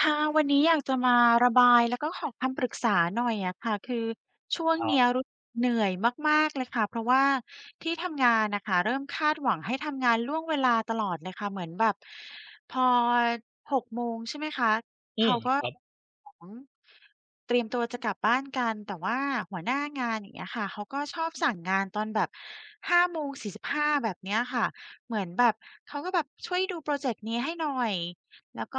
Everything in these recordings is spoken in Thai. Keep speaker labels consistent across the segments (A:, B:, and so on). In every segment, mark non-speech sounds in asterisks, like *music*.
A: ค่ะวันนี้อยากจะมาระบายแล้วก็ขอคำปรึกษาหน่อยอะค่ะคือช่วง
B: ครั
A: เนี้ย
B: บ
A: รู้สึกเหนื่อยมากๆเลยค่ะเพราะว่าที่ทำงานน่ะค่ะเริ่มคาดหวังให้ทำงานล่วงเวลาตลอดเลยค่ะเหมือนแบบพอ6โมงใช่ไหมคะ
B: อื
A: เขา
B: ม
A: ก็
B: ครับ
A: *unintelligible* เตรียมตัวจะกลับบ้านกันแต่ว่าหัวหน้างานอย่างเงี้ยค่ะเขาก็ชอบสั่งงานตอนแบบ5โมงสี่สิบห้าแบบเนี้ยค่ะเหมือนแบบเขาก็แบบช่วยดูพรอเจกต์นี้ให้หน่อย แล้วก็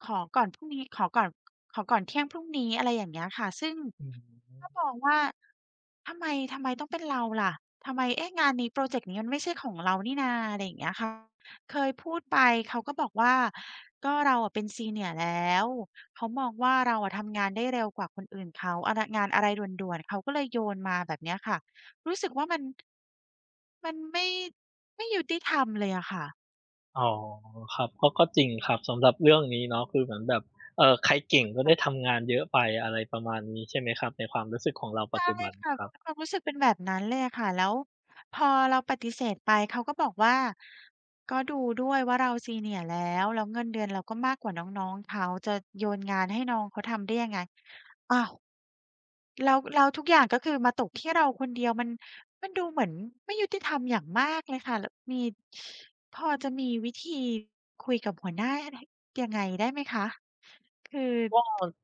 A: ขอก่อนพรุ่งนี้ขอก่อนขอก่อนเที่ยงพรุ่งนี้อะไรอย่างเงี้ยค่ะซึ่ง
B: อื
A: ก็ม
B: ม
A: องว่าทำไมทำไมต้องเป็นเราล่ะทำไมเอ๊ะงานนี้พรอเจกต์นี้มันไม่ใช่ของเรานี่นาอะไรอย่างเงี้ยค่ะเคยพูดไปเขาก็บอกว่าก็เราอะเป็น Senior แล้วเขามองว่าเราอะทำงานได้เร็วกว่าคนอื่นเขาอะไรงานอะไรด่วนๆเขาก็เลยโยนมาแบบเนี้ยค่ะรู้สึกว่ามันไม่ยุติธรรมเลยอะค่ะ
B: อ๋อครับก็จริงครับสำหรับเรื่องนี้เนาะคือเหมือนแบบใครเก่งก็ได้ทำงานเยอะไปอะไรประมาณนี้ใช่ไหมครับในความรู้สึกของเราปัจจุบัน
A: ค่ะ
B: ครับ
A: ความรู้สึกเป็นแบบนั้นเลยอะค่ะแล้วพอเราปฏิเสธไปเขาก็บอกว่าก็ดูด้วยว่าเรา Senior แล้วแล้วเงินเดือนเราก็มากกว่าน้องๆเขาจะโยนงานให้น้องเขาทำได้ยังไงอ้าวแล้วทุกอย่างก็คือมาตกที่เราคนเดียวมันดูเหมือนไม่ยุติธรรมอย่างมากเลยค่ะแล้วมีพอจะมีวิธีคุยกับหัวหน้าหยังไงได้ไหมคะคือ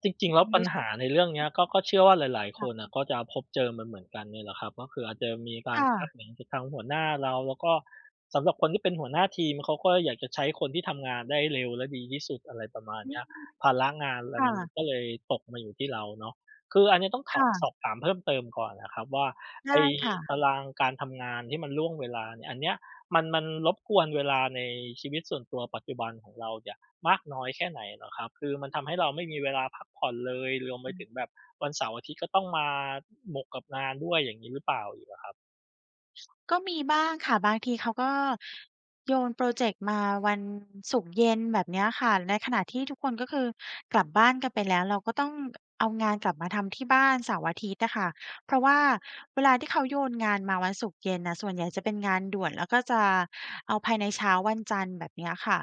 B: จริงๆแล้วปัญ
A: รู้สึก
B: หาในเรื่องเนี้ยก็เชื่อว่าหลายๆคน
A: ค่ะ
B: น่ะก็จะพบเจอมันเหมือนกันเนี่ยแหละครับก็คืออาจจะมีการ
A: ค่ะ
B: คาดหวังจากทางหัวหน้าเราแล้วก็สำหรับคนที่เป็นหัวหน้าทีมเขาก็อยากจะใช้คนที่ทำงานได้เร็วและดีที่สุดอะไรประมาณ
A: อื
B: เนี้ย
A: ม
B: ภาระงานอะไรมันก็
A: ค่ะ
B: เลยตกมาอยู่ที่เราเนาะคืออันนี้ต้องสอบ
A: ค่ะ
B: ถามเพิ่มเติมก่อนนะครับว่าไอ้
A: ได้ค่ะ
B: ตารางการทำงานที่มันล่วงเวลาเนี่ยอันเนี้ยมันรบกวนเวลาในชีวิตส่วนตัวปัจจุบันของเราเนี่ย มากน้อยแค่ไหนเหรอครับ คือมันทำให้เราไม่มีเวลาพักผ่อนเลยรวมไปถึง
A: อื
B: แบบวันเสาร์อาทิตย์ก็ต้องมาหมกกับงานด้วยอย่างงี้หรือเปล่าอีกอะครับ
A: ก็มีบ้างค่ะบางทีเขาก็โยนโพรเจกต์มาวันศุกร์เย็นแบบเนี้ยค่ะในขณะที่ทุกคนก็คือกลับบ้านกันไปแล้วเราก็ต้องเอางานกลับมาทำที่บ้านเสาร์อาทิตย์อะค่ะเพราะว่าเวลาที่เขาโยนงานมาวันศุกร์เย็นนะส่วนใหญ่จะเป็นงานด่วนแล้วก็จะเอาภายในเช้าวันจันทร์แบบเนี้ยค่ะ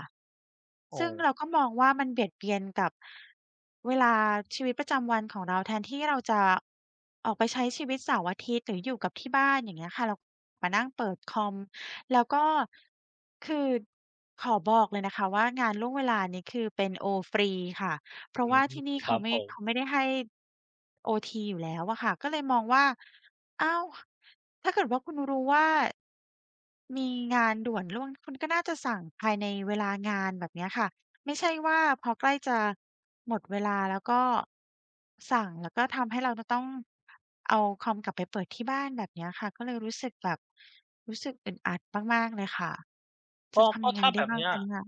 B: โอ้
A: ซึ่งเราก็มองว่ามันเบียดเบียนกับเวลาชีวิตประจำวันของเราแทนที่เราจะออกไปใช้ชีวิตเสาร์อาทิตย์หรืออยู่กับที่บ้านอย่างเงี้ยค่ะเรา มานั่งเปิดคอมแล้วก็คือขอบอกเลยนะคะว่างานล่วงเวลานี้คือเป็นโอฟรีค่ะเพ
B: อื
A: ราะ
B: ม
A: ว่าที่นี่
B: ครับผม
A: เขาไม่ได้ให้โอทีอยู่แล้วอะค่ะก็เลยมองว่าอ้าวถ้าเกิดว่าคุณรู้ว่ามีงานด่วนล่วงคุณก็น่าจะสั่งภายในเวลางานแบบเนี้ยค่ะ ไม่ใช่ว่าพอใกล้จะหมดเวลาแล้วก็สั่งแล้วก็ทำให้เราจะต้องเอาคอมกลับไปเปิดที่บ้านแบบเนี้ยค่ะก็เลยรู้สึกแบบรู้สึกอึดอัดมากๆเลยค่ะจะ
B: ก็
A: ทำ
B: ก็
A: ยังไง
B: ถ้าแบ
A: ได้
B: บ
A: บ้าง
B: เนี้ย
A: คะเนี่ย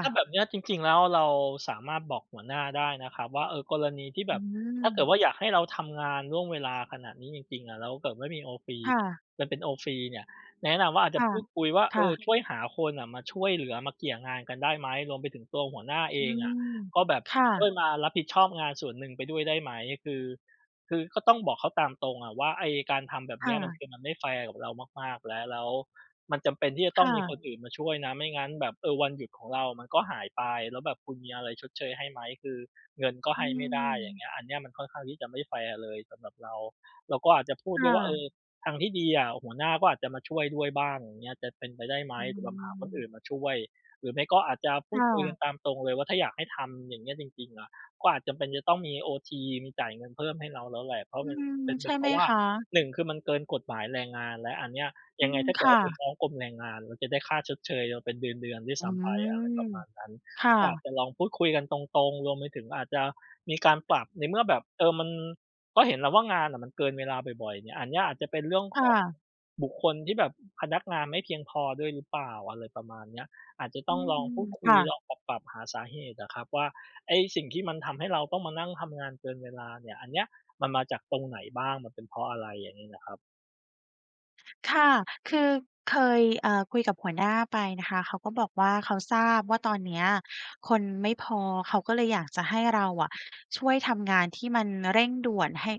B: ถ้าแบบเนี้ยจริงๆแล้วเราสามารถบอกหัวหน้าได้นะครับว่าเออกรณีที่แบ
A: อื
B: บถ้า
A: ม
B: เกิดว่าอยากให้เราทำงานล่วงเวลาขนาดนี้จริงๆอะแล้วเกิดไม่มีโอฟี
A: ค่ะ
B: เนี่ยมันเป็นโอฟีเนี่ยแนะนำว่าอาจจะ
A: ค่ะ
B: พูดคุยว่าเออ
A: ค่ะ
B: ช่วยหาคนน่ะมาช่วยเหลือมาเกี่ยงานกันได้ไหมรวมไปถึงตัวหัวหน้าเอ
A: อื
B: งอะ
A: ม
B: ก็แบบ
A: ค่ะ
B: ช่วยมารับผิดชอบงานส่วนหนึ่งไปด้วยได้ไหมคือคือก็ต้องบอกเขาตามตรงอะว่าไอ้การทำแบบเนี้ยมันคือ
A: ค่ะ
B: มันไม่แฟร์กับเรามากๆแล้วแล้ว มันจำเป็นที่จะต้องมีคน
A: ค่ะ
B: อื่นมาช่วยนะไม่งั้นแบบเออวันหยุดของเรามันก็หายไปแล้วแบบคุณมีอะไรชดเชยให้ไหมคือเงินก็
A: อื
B: ให้ไม่ได้อย่างเงี้ย
A: ม
B: อันเนี้ยมันค่อนข้างที่จะไม่แฟร์เลยสำหรับเราเราก็อาจจะพูดด้วยว่าเออ
A: ค่ะ
B: ทางที่ดีอะหัวหน้าก็อาจจะมาช่วยด้วยบ้างอย่างเงี้ยจะเป็นไปได้ไหม
A: อื
B: หรือแบบหาคนอื่น
A: ม
B: มาช่วยหรือไม่ก็อาจจะพู
A: ค
B: ดคุยกัน
A: ่ะ
B: ตามตรงเลยว่าถ้าอยากให้ทำอย่างเงี้ยจริงๆอะก็อาจจำเป็นจะต้องมีโอทีมีจ่ายเงินเพิ่มให้เราแล้วแหละเพราะ
A: อื
B: มัน
A: ม
B: เป็นเป็
A: ใช่
B: นเพ
A: ไหม
B: ราะว่า
A: คะ
B: หนึ่งคือมันเกินกฎหมายแรงงานแล้วอันเนี้ย
A: อื
B: ยังไง
A: ม
B: ถ้าเกิด
A: ค่ะ
B: ว่าไปฟ้องกรมแรงงานมันจะได้ค่าชดเชยเราเป็นเดือนๆด้วย
A: อื
B: ซ้ำไปอะไรประ
A: ม
B: มาณนั้น
A: ค
B: ก็อาจจะ
A: ่ะ
B: ลองพูดคุยกันตรงๆรวมไปถึงอาจจะมีการปรับในเมื่อแบบเออมันก็เห็นแล้วว่างานน่ะมันเกินเวลาบ่อยๆเนี่ยอันเนี้ยอาจจะเป็นเรื่อง
A: ค
B: ของ
A: ่ะ
B: บุคคลที่แบบพนักงานไม่เพียงพอด้วยหรือเปล่าอะไรประมาณเนี้ยอาจจะต้
A: อื
B: องลอง
A: ม
B: พูดคุย
A: ค่ะ
B: ลองปรับๆหาสาเหตุอะครับว่าไอ้สิ่งที่มันทำให้เราต้องมานั่งทำงานเกินเวลาเนี่ยอันเนี้ยมันมาจากตรงไหนบ้างมันเป็นเพราะอะไรอย่างงี้น่ะครับ
A: ค่ะคือเคยคุยกับหัวหน้าไปนะคะเขาก็บอกว่าเขาทราบว่าตอนเนี้ยคนไม่พอเขาก็เลยอยากจะให้เราอะช่วยทำงานที่มันเร่งด่วนให้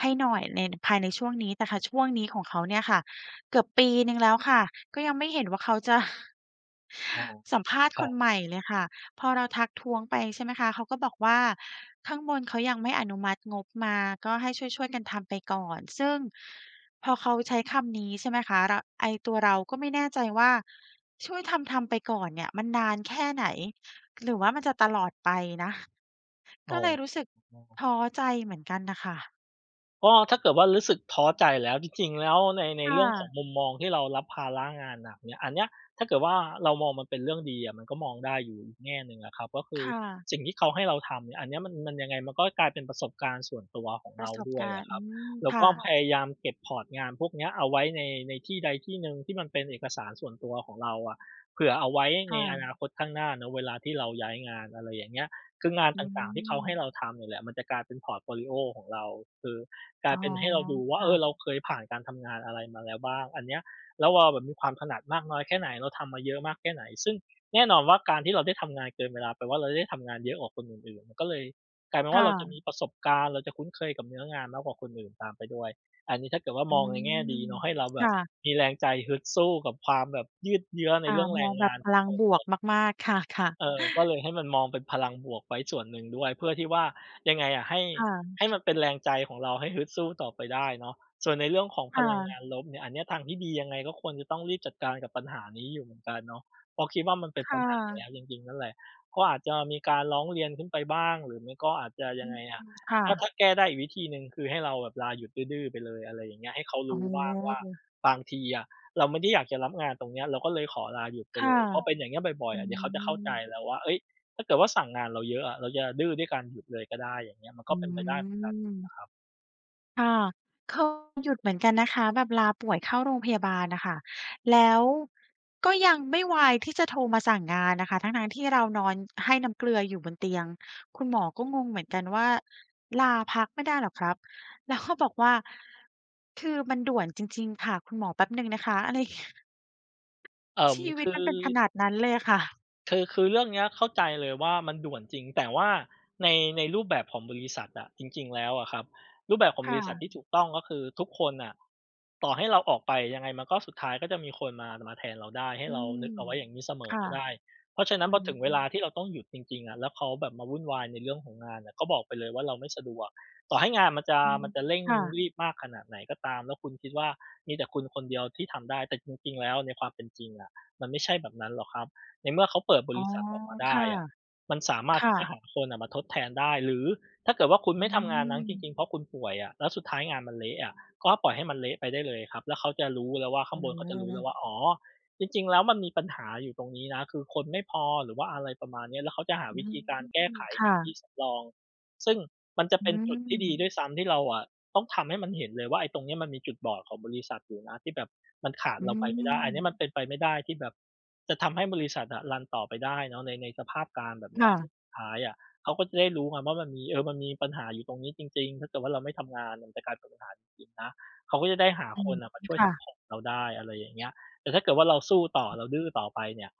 A: ให้หน่อยในภายในช่วงนี้ แต่ค่ะช่วงนี้ของเขาเนี่ยค่ะเกือบปีหนึ่งแล้วค่ะก็ยังไม่เห็นว่าเขาจะ
B: อ๋อ
A: สัมภาษณ์
B: ค
A: ค
B: รั
A: น
B: บ
A: ใหม่เลยค่ะพอเราทักท้วงไปใช่ไหมคะเขาก็บอกว่าข้างบนเขายังไม่อนุมัติงบมาก็ให้ช่วยๆกันทำไปก่อนซึ่งพอเขาใช้คำนี้ใช่ไหมคะรไอ้ตัวเราก็ไม่แน่ใจว่าช่วยทำๆไปก่อนเนี่ยมันนานแค่ไหนหรือว่ามันจะตลอดไปนะ
B: อ๋
A: ก็
B: อ
A: เลยรู้สึก
B: อ๋อ
A: ท้อใจเหมือนกันน่ะค่ะ
B: ก็ถ้าเกิดว่ารู้สึกท้อใจแล้วจริงๆแล้วในในเรื่
A: ค่ะ
B: องของมุมมองที่เรารับภาระงานหนักเนี่ยอันเนี้ยถ้าเกิดว่าเรามองมันเป็นเรื่องดีอะมันก็มองได้อยู่อีกแง่หนึ่งอะครับก็คือ
A: ค่ะ
B: สิ่งที่เขาให้เราทำเนี่ยอันเนี้ยมันยังไงมันก็กลายเป็นประสบการณ์ส่วนตัวของ
A: ป
B: เรา
A: ระสบ
B: ด้วย
A: การ
B: อะ
A: ณ์
B: ค
A: อื
B: รับ
A: ม
B: แล้ว
A: ค่ะ
B: ก็่พยายามเก็บพอร์ตงานพวกเนี้ยเอาไว้ในในที่ใดที่หนึ่งที่มันเป็นเอกสารส่วนตัวของเราอะเผื่อเอาไว้ในอนา
A: ค่ะ
B: คตข้างหน้าเนาะเวลาที่เราย้ายงานอะไรอย่างเงี้ยคืองาน
A: อื
B: ต่างๆที่เขาให้เรา
A: ม
B: ทำเนี่ยแหละมันจะกลายเป็นพอร์ตโฟลิโอของเราคือ กลา
A: อ๋
B: ย
A: อ
B: เป็นให้เราดูว่าเออเรา
A: ค่ะ
B: เคยผ่านการทำงานอะไรมาแล้วบ้างอันเนี้ยแล้วเราแบบมีความถนัดมากน้อยแค่ไหนเราทำมาเยอะมากแค่ไหนซึ่งแน่นอนว่าการที่เราได้ทำงานเกินเวลาแปลว่าเราได้ทำงานเยอะกว่าคนอื่นๆมันก็เลยกลายเป็น
A: ค
B: ว่าเราจะมี
A: ่ะ
B: ประสบการณ์เราจะคุ้นเคยกับเนื้องานมากกว่าคนอื่นตามไปด้วยอันนี้ถ้าเกิดว่า
A: อื
B: มองในแง่ดี
A: ม
B: เนาะให้เราแบบ
A: ค่ะ
B: มีแรงใจฮึดสู้กับความแบบยืดเยื้อใน
A: ค่ะ
B: เรื่องแร
A: มอ
B: ง
A: งแบ
B: งา
A: บ
B: น
A: พลังบวกมากๆ ค่ะ ค่ะ
B: เออก็เลยให้มันมองเป็นพลังบวกไว้ส่วนหนึ่งด้วยเพื่อที่ว่ายังไงอะให้มันเป็นแรงใจของเราให้ฮึดสู้ต่อไปได้เนาะส่วนในเรื่องของพลังงาน
A: ค่ะ
B: ลบเนี่ยอันเนี้ยทางที่ดียังไงก็ควรจะต้องรีบจัดการกับปัญหานี้อยู่เหมือนกันเนาะเพราะคิดว่ามันเป็นปั
A: ค่ะ
B: ญหาแล้ว
A: ค่ะ
B: จริงๆนั่นแหละก็อาจจะมีการร้องเรียนขึ้นไปบ้างหรือไม่ก็อาจจะยั
A: อื
B: งไง
A: ม
B: อะ
A: ค่ะ
B: ถ้าแก้ได้อีกวิธีหนึ่งคือให้เราแบบลาหยุดดื้อๆไปเลยอะไรอย่างเงี้ยให้เขา
A: อ๋
B: รู้บ้างว่า
A: อ
B: บางทีอะ เราไม่ได้อยากจะรับงานตรงเนี้ยเราก็เลยขอลาหยุดไป
A: ค
B: เลยพอเป็
A: ่ะ
B: นอย่างเงี้ยบ่อยๆ
A: อื
B: อะเดี๋ยวเขาจะเข้าใจ
A: ม
B: แล้วว่าเฮ้ยถ้าเกิดว่าสั่งงานเราเยอะอะเราจะดื้อด้วยการหยุดเลยก็ได้อย่างเงี้ยมัน
A: อื
B: ก็เป็นไปได้เหมือนกัน
A: ม ค่ะเคยหยุดเหมือนกันนะคะแบบลาป่วยเข้าโรงพยาบาลน่ะค่ะแล้วก็ยังไม่ไวายที่จะโทรมาสั่งงานนะคะทั้งๆที่เรานอนให้น้ำเกลืออยู่บนเตียงคุณหมอก็งงเหมือนกันว่าลาพักไม่ได้เหรอครับเราก็บอกว่าคือมันด่วนจริงๆค่ะคุณหมอแป๊บหนึ่งนะคะอะไรเงี้ยชีวิต
B: คือ
A: มันเป็นขนาดนั้นเลยอะค่ะ
B: คือเรื่องเนี้ยเข้าใจเลยว่ามันด่วนจริงแต่ว่าในในรูปแบบของบริษัทอะจริงๆแล้วอะครับรูปแบบของบริษัทที่
A: ค่ะ
B: ถูกต้องก็คือทุกคนน่ะต่อให้เราออกไปยังไงมันก็สุดท้ายก็จะมีคนมาแทนเราได้ให้
A: อื
B: เรานึ
A: ม
B: กเอาไว้อย่างนี้เสมอ
A: ค่ะ
B: ก็ได้เพราะฉะนั้น
A: อื
B: พอถึงเวลาที่
A: ม
B: เราต้องหยุดจริงๆอะแล้วเขาแบบมาวุ่นวายในเรื่องของงานอะก็บอกไปเลยว่าเราไม่สะดวกต่อให้งานมันจะ
A: อืม
B: มันจะเร่ง
A: ค่ะ
B: รีบมากขนาดไหนก็ตามแล้วคุณคิดว่ามีแต่คุณคนเดียวที่ทำได้แต่จริงๆแล้วในความเป็นจริงอะมันไม่ใช่แบบนั้นหรอกครับ ในเมื่อเขาเปิดบ
A: อ๋อ
B: ริษัทออกมา
A: ค
B: ได้อะ
A: ่ะ
B: มันสามารถที่
A: ค่ะ
B: จะหาคนอะมาทดแทนได้หรือถ้าเกิดว่าคุณ
A: อื
B: ไม่ทำงานนั้นจริงๆเพ
A: ม
B: ราะคุณป่วยอะแล้วสุดท้ายงานมันเละอะก็ปล่อยให้มันเละไปได้เลยครับแล้วเขาจะรู้แล้วว่าข้าง
A: โอ้
B: บ
A: โ
B: นเขาจะรู้แล้วว่า
A: ฮ
B: อ๋อจริงๆแล้วมันมีปัญหาอยู่ตรงนี้นะคือคนไม่พอหรือว่าอะไรประมาณเนี้ยแล้วเขาจะหา
A: อื
B: วิธีการแก้
A: ม
B: ไข
A: ค่ะ
B: ที่สำรองซึ่งมันจะ
A: อื
B: เป็นจุดที่ดีด้วย
A: ม
B: ซ้ำที่เราอะ ต้องทำให้มันเห็นเลยว่าไอ้ตรงเนี้ยมันมีจุดบอดของบริษัทอยู่นะที่แบบมันขาด
A: อื
B: เราไปไม่ได้อันเนี้ยมัน
A: ม
B: เป็นไปไม่ได้ที่แบบจะทำให้บริษัทอะรันต่อไปได้เนาะในสภาพการณ์แบบเนี้ย
A: ค่ะ
B: ซึ่งสุดท้ายอะเขาก็จะได้รู้ไงว่ามันมีมันมีปัญหาอยู่ตรงนี้จริงๆถ้าเกิดว่าเราไม่ทำงานมันจะกลายเป็นปัญหาจริงๆนะเขาก็จะได้หา
A: อื
B: ค
A: ม
B: นน่ะมาช่วยซัปพอร์
A: ค่ะ
B: ตเราได้อะไรอย่างเงี้ยแต่ถ้าเกิดว่าเราสู้ต่อเราดื้อต่อไปเนี่ย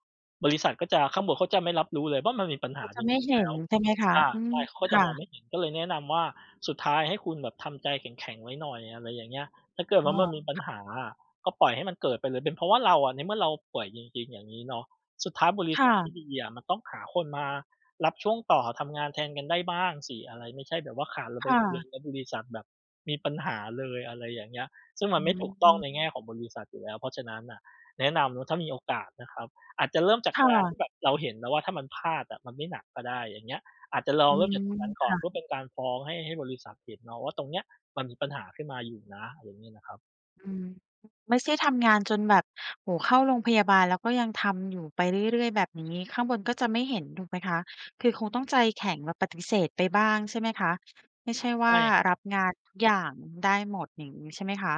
B: บริษัทก็จะข้างบนเขาจะไม่รับรู้เลยว่ามันมีปัญหา
A: เรา
B: จ
A: จะไม่
B: ริงๆ
A: เห็
B: แล้
A: น
B: ว
A: ใช่ไหมคะ
B: อา
A: อืม
B: ใช่เขาก็จะม
A: ค่ะ
B: องไม่เห็นก็เลยแนะนำว่า สุดท้ายให้คุณแบบทำใจแข็งๆไว้หน่อยอะไรอย่างเงี้ยถ้าเกิด
A: อ๋
B: ว่า
A: อ
B: มันมีปัญหาอะก็ปล่อยให้มันเกิดไปเลยเป็นเพราะว่าเราอะในเมื่อเราป่วยจริงๆอย่างงี้เนาะสุดท้ายบริษัทที่
A: ค่ะ
B: ดีอะมันต้องหาคนมารับช่วงต่อทำงานแทนกันได้บ้างสิอะไรไม่ใช่แบบว่าขาดเราไปคนเดียว
A: ค่ะ
B: แล้วบริษัทแบบมีปัญหาเลยอะไรอย่างเงี้ยซึ่งมัน
A: อื
B: ไม่ถูกต้องใน
A: ม
B: แง่ของบริษัทอยู่แล้วเพราะฉะนั้นน่ะแนะนำเนาะถ้ามีโอกาสนะครับอาจจะเริ่มจาก
A: ค่ะ
B: งานที่แบบเราเห็นแล้วว่าถ้ามันพลาดอะมันไม่หนักก็ได้อย่างเงี้ย อาจจะลอ
A: อื
B: งเริ่ม
A: ม
B: จากตรงนั้นก่อนเพื่อ
A: ค่ะ
B: เป็นการฟ้องให้บริษัทเห็นเนาะว่าตรงเนี้ยมันมีปัญหาขึ้นมาอยู่นะอะไรอย่างงี้นะครับ
A: อืมไม่ใช่ทำงานจนแบบโอ้โฮเข้าโรงพยาบาลแล้วก็ยังทำอยู่ไปเรื่อยๆแบบนี้ข้างบนก็จะไม่เห็นถูกไหมคะคือคงต้องใจแข็งแบบปฏิเสธไปบ้างใช่ไหมคะไม่ใช่ว่า
B: ใช่
A: รับงานทุกอย่างได้หมดอย่างงี้ใช่ไหมคะ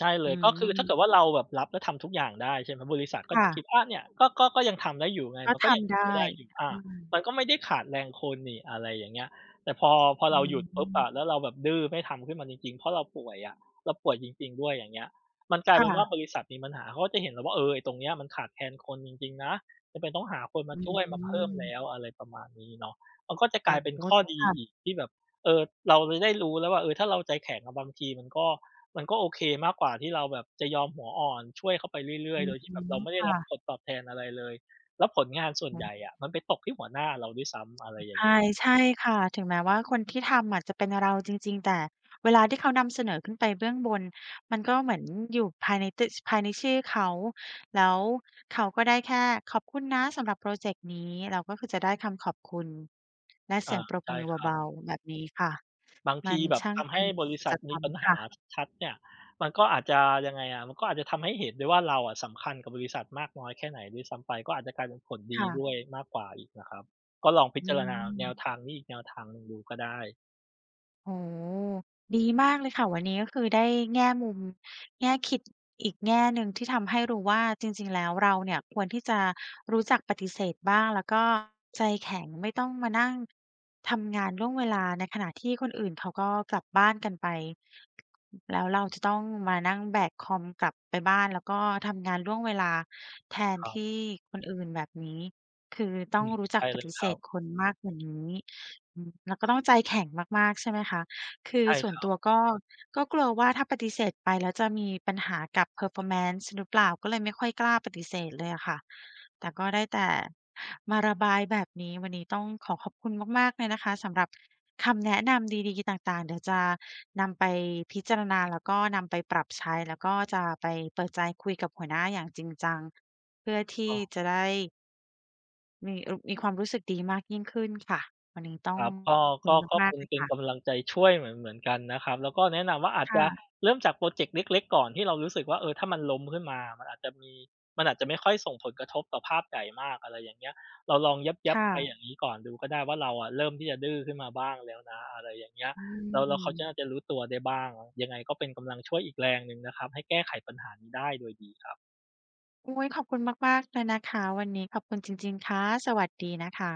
B: ใช่เล
A: อื
B: ยก็คือถ้าเกิดว่า
A: ม
B: เราแบบรับแล้วทำทุกอย่างได้ใช่ไหมบริษัทก็จะ
A: ค่ะ
B: คิดอาเนี่ยก็ยังทำได้อยู่ไง
A: ก็
B: มันก็ยัง
A: ทำ
B: เป็นไป
A: ได้
B: ได้อยู่อา
A: อืม
B: มันก็ไม่ได้ขาดแรงคนนี่อะไรอย่างเงี้ยแต่พอ
A: อื
B: เราหยุดปุ๊บอะแล้ว
A: ม
B: เราแบบดื้อไม่ทำขึ้นมาจริงๆเพราะเราป่วยอะเราป่วยจริงๆด้วยอย่างเงี้ยมันกลายเป็นว่าบ
A: ค่ะ
B: ริษัทมีปัญหาเขาก็จะเห็นแล้วว่าเออไอ้ตรงเนี้ยมันขาดแคลนคนจริงๆนะจำเป็นต้องหาคนมา
A: อื
B: ช่วยมาเพิ่มแล้ว
A: ม
B: อะไรประมาณนี้เนาะมันก็จะกลา
A: โอ้
B: ยเป็น
A: โฮ
B: ข้อดีอีก
A: ค่ะ
B: ที่แบบเออเราจะได้รู้แล้วว่าเออถ้าเราใจแข็งอะบางทีมันก็ โอเคมากกว่าที่เราแบบจะยอมหัวอ่อนช่วยเขาไปเรื่
A: อื
B: อย
A: อ
B: ๆโดยที่
A: ฮึ
B: แบบเราไม่ได้รับผ
A: ค่ะ
B: ลตอบแทนอะไรเลยแล้วผลงานส่วน
A: อื
B: ใหญ่
A: ม
B: อะมันไปตกที่หัวหน้าเราด้วยซ้ำอะไรอย่าง
A: ใช่ ใช่ค่ะ ถึงแม้ว่าคนที่ทำอะจะเป็นเราจริงๆ แต่เวลาที่เขานำเสนอขึ้นไปเบื้องบน มันก็เหมือนอยู่ภายในตึภายในชื่อเขาแล้วเขาก็ได้แค่ขอบคุณนะสำหรับพรอเจกต์นี้เราก็คือจะได้คำขอบคุณและเสี
B: อา
A: ยงปรบ
B: ใช่
A: มือ
B: ครับ
A: เบาๆแบบนี้ค่ะ
B: บาง
A: มั
B: ที
A: น
B: แบคบรับ
A: ช่าง
B: ทำ
A: เป็
B: ให้
A: น
B: บริ
A: สั
B: ษั
A: จ
B: ท
A: ธ
B: มี
A: รรม
B: ปัญหา
A: ค่ะ
B: ชัดๆเนี่ยมันก็อาจจะยังไงอะมันก็อาจจะทำให้เห็นได้ว่าเราอะสำคัญกับบริษัทมากน้อยแค่ไหนด้วยซ้ำไปก็อาจจะกลายเป็นผลดีด้วย
A: ค่ะ
B: มากกว่าอีกนะครับก็ลองพิ
A: อื
B: จารณาแนว
A: ม
B: ทางนี้อีกแนวทางหนึ่งดูก็ได้
A: โอ้ดีมากเลยค่ะวันนี้ก็คือได้แง่มุมแง่คิดอีกแง่หนึ่งที่ทำให้รู้ว่าจริงๆแล้วเราเนี่ยควรที่จะรู้จักปฏิเสธบ้างแล้วก็ใจแข็งไม่ต้องมานั่งทำงานล่วงเวลาในขณะที่คนอื่นเขาก็กลับบ้านกันไปแล้วเราจะต้องมานั่งแบกคอมกลับไปบ้านแล้วก็ทำงานล่วงเวลาแทน
B: ครั
A: ที่
B: บ
A: คนอื่นแบบนี้ คือต้
B: อื
A: อง
B: ม
A: รู้จั
B: ใช่
A: กป
B: เลย
A: ฏิ
B: ค
A: เส
B: รับ
A: ธคนมากกว่านี้อืมแล้วก็ต้องใจแข็งมากๆใช่ไหมคะคือ
B: ใช่
A: ส่
B: ค
A: วน
B: รั
A: ตั
B: บ
A: วก็กลัวว่าถ้าปฏิเสธไปแล้วจะมีปัญหากับ performance หรือเปล่าก็เลยไม่ค่อยกล้าปฏิเสธเลยอะค่ะแต่ก็ได้แต่มาระบายแบบนี้วันนี้ต้องขอขอบคุณมากๆเลยนะคะสำหรับคำแนะนำดีๆต่างๆเดี๋ยวจะนำไปพิจารณาแล้วก็นำไปปรับใช้แล้วก็จะไปเปิดใจคุยกับหัวหน้าอย่างจริงจังเพื่อที่
B: ก็
A: จะได้ มีความรู้สึกดีมากยิ่งขึ้นค่ะวันนี้ต้อ
B: ค
A: ง
B: รับก็
A: ขอบคุ
B: ก็
A: ณ
B: ก็
A: มาก
B: เป็
A: ๆ
B: น
A: เลย
B: เป็นกำ
A: ค่ะ
B: ลังใจช่วยเหมือนกันนะครับแล้วก็แนะนำว่าอาจจะ
A: ค่ะ
B: เริ่มจากพรอเจกต์เล็กๆก่อนที่เรารู้สึกว่าเออถ้ามันล้มขึ้นมามันอาจจะไม่ค่อยส่งผลกระทบต่อภาพใหญ่มากอะไรอย่างเงี้ยเราลองยับๆไปอย่า
A: ค่ะ
B: งงี้ก่อนดูก็ได้ว่าเราอะเริ่มที่จะดื้อขึ้นมาบ้างแล้วนะอะไรอย่างเงี้ย
A: อื
B: แล้วเขาจะน่าจะ
A: ม
B: รู้ตัวได้บ้างยังไงก็เป็นกำลังช่วยอีกแรงหนึ่งนะครับให้แก้ไขปัญหานี้ได้โดยดีครับ
A: อุ๊ยขอบคุณมากๆเลยนะคะวันนี้ขอบคุณจริงๆค่ะสวัสดีนะคะ